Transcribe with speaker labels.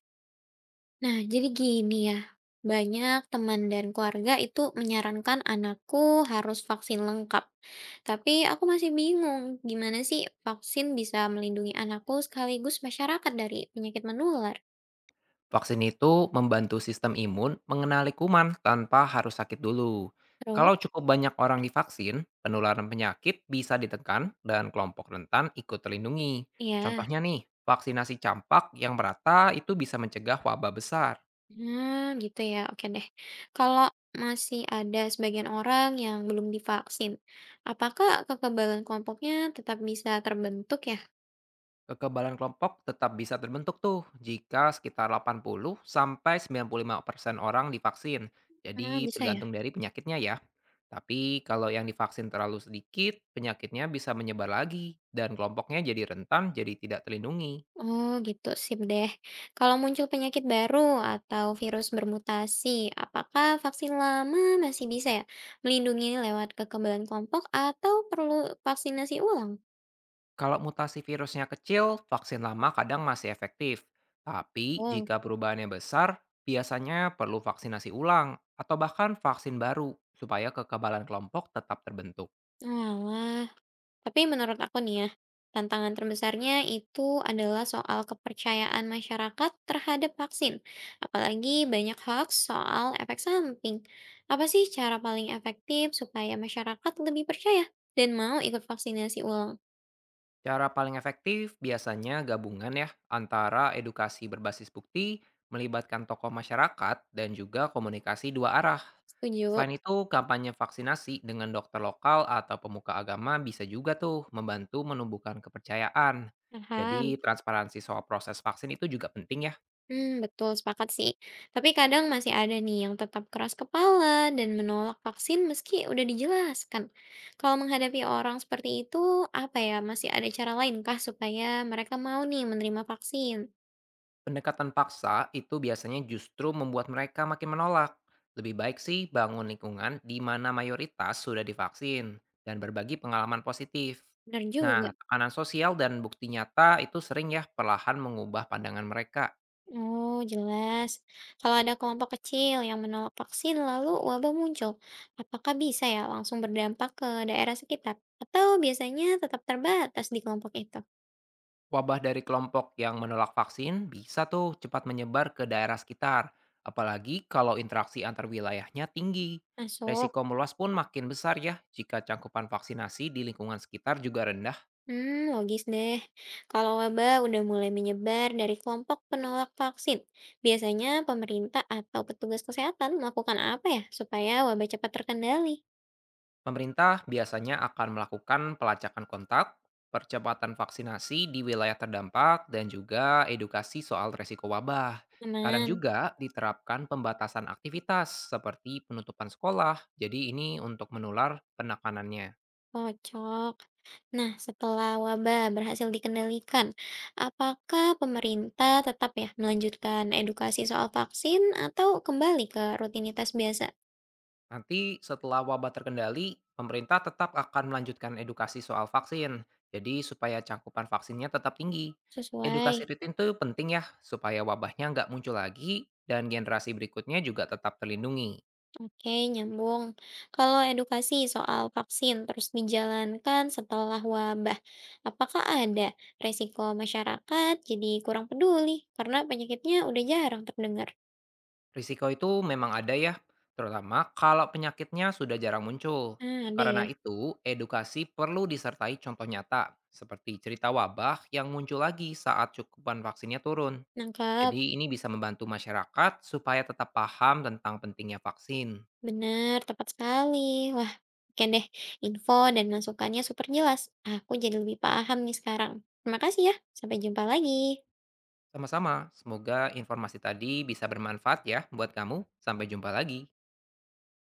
Speaker 1: Nah, jadi gini ya, banyak teman dan keluarga itu menyarankan anakku harus vaksin lengkap. Tapi aku masih bingung, gimana sih vaksin bisa melindungi anakku sekaligus masyarakat dari penyakit menular?
Speaker 2: Vaksin itu membantu sistem imun mengenali kuman tanpa harus sakit dulu. Kalau
Speaker 1: Terus,
Speaker 2: cukup banyak orang divaksin, penularan penyakit bisa ditekan dan kelompok rentan ikut terlindungi.
Speaker 1: ya,
Speaker 2: Contohnya nih, vaksinasi campak yang merata itu bisa mencegah wabah besar.
Speaker 1: hmm, gitu ya, oke deh. Kalau masih ada sebagian orang yang belum divaksin, apakah kekebalan kelompoknya tetap bisa terbentuk ya?
Speaker 2: Kekebalan kelompok tetap bisa terbentuk tuh jika sekitar 80 sampai 95% orang divaksin.
Speaker 1: Ah,
Speaker 2: Jadi
Speaker 1: bisa ya?
Speaker 2: tergantung dari penyakitnya ya. Tapi kalau yang divaksin terlalu sedikit, penyakitnya bisa menyebar lagi dan kelompoknya jadi rentan jadi tidak terlindungi.
Speaker 1: Oh gitu, sip deh. Kalau muncul penyakit baru atau virus bermutasi, apakah vaksin lama masih bisa ya melindungi lewat kekebalan kelompok atau perlu vaksinasi ulang?
Speaker 2: Kalau mutasi virusnya kecil, vaksin lama kadang masih efektif. Tapi
Speaker 1: Oh,
Speaker 2: jika perubahannya besar, biasanya perlu vaksinasi ulang atau bahkan vaksin baru supaya kekebalan kelompok tetap terbentuk.
Speaker 1: alah. Tapi menurut aku nih ya, tantangan terbesarnya itu adalah soal kepercayaan masyarakat terhadap vaksin. Apalagi banyak hoax soal efek samping. Apa sih cara paling efektif supaya masyarakat lebih percaya dan mau ikut vaksinasi ulang?
Speaker 2: Cara paling efektif biasanya gabungan ya antara edukasi berbasis bukti, melibatkan tokoh masyarakat, dan juga komunikasi 2 arah.
Speaker 1: Setuju,
Speaker 2: Selain itu, kampanye vaksinasi dengan dokter lokal atau pemuka agama bisa juga tuh membantu menumbuhkan kepercayaan.
Speaker 1: paham.
Speaker 2: Jadi, transparansi soal proses vaksin itu juga penting ya.
Speaker 1: Hmm, betul, sepakat sih. Tapi kadang masih ada nih yang tetap keras kepala dan menolak vaksin meski udah dijelaskan. Kalau menghadapi orang seperti itu, apa ya, masih ada cara lainkah supaya mereka mau nih menerima vaksin?
Speaker 2: Pendekatan paksa itu biasanya justru membuat mereka makin menolak. Lebih baik sih bangun lingkungan di mana mayoritas sudah divaksin dan berbagi pengalaman positif.
Speaker 1: Benar juga.
Speaker 2: Nah, tekanan sosial dan bukti nyata itu sering ya perlahan mengubah pandangan mereka.
Speaker 1: Oh, jelas. Kalau ada kelompok kecil yang menolak vaksin lalu wabah muncul, apakah bisa ya langsung berdampak ke daerah sekitar? Atau biasanya tetap terbatas di kelompok itu?
Speaker 2: Wabah dari kelompok yang menolak vaksin bisa tuh cepat menyebar ke daerah sekitar, apalagi kalau interaksi antar wilayahnya tinggi.
Speaker 1: Masuk.
Speaker 2: Resiko meluas pun makin besar ya jika cangkupan vaksinasi di lingkungan sekitar juga rendah.
Speaker 1: Hmm, logis deh. Kalau wabah udah mulai menyebar dari kelompok penolak vaksin, biasanya pemerintah atau petugas kesehatan melakukan apa ya supaya wabah cepat terkendali?
Speaker 2: Pemerintah biasanya akan melakukan pelacakan kontak, percepatan vaksinasi di wilayah terdampak, dan juga edukasi soal resiko wabah. Kadang
Speaker 1: Aman,
Speaker 2: juga diterapkan pembatasan aktivitas seperti penutupan sekolah, jadi ini untuk menular penekanannya.
Speaker 1: cocok. Nah, setelah wabah berhasil dikendalikan, apakah pemerintah tetap ya melanjutkan edukasi soal vaksin atau kembali ke rutinitas biasa?
Speaker 2: Nanti setelah wabah terkendali, pemerintah tetap akan melanjutkan edukasi soal vaksin. Jadi supaya cakupan vaksinnya tetap tinggi.
Speaker 1: Sesuai.
Speaker 2: Edukasi rutin itu penting ya, supaya wabahnya nggak muncul lagi dan generasi berikutnya juga tetap terlindungi.
Speaker 1: Oke, nyambung. Kalau edukasi soal vaksin terus dijalankan setelah wabah, apakah ada resiko masyarakat jadi kurang peduli karena penyakitnya udah jarang terdengar?
Speaker 2: Risiko itu memang ada ya, terutama kalau penyakitnya sudah jarang muncul.
Speaker 1: Ah, ada
Speaker 2: Karena
Speaker 1: ya.
Speaker 2: itu, edukasi perlu disertai contoh nyata, seperti cerita wabah yang muncul lagi saat cakupan vaksinnya turun.
Speaker 1: Nangkap.
Speaker 2: Jadi ini bisa membantu masyarakat supaya tetap paham tentang pentingnya vaksin.
Speaker 1: Benar, tepat sekali. Wah, oke deh. Info dan masukannya super jelas. Aku jadi lebih paham nih sekarang. Terima kasih ya. Sampai jumpa lagi.
Speaker 2: Sama-sama, semoga informasi tadi bisa bermanfaat ya buat kamu. Sampai jumpa lagi.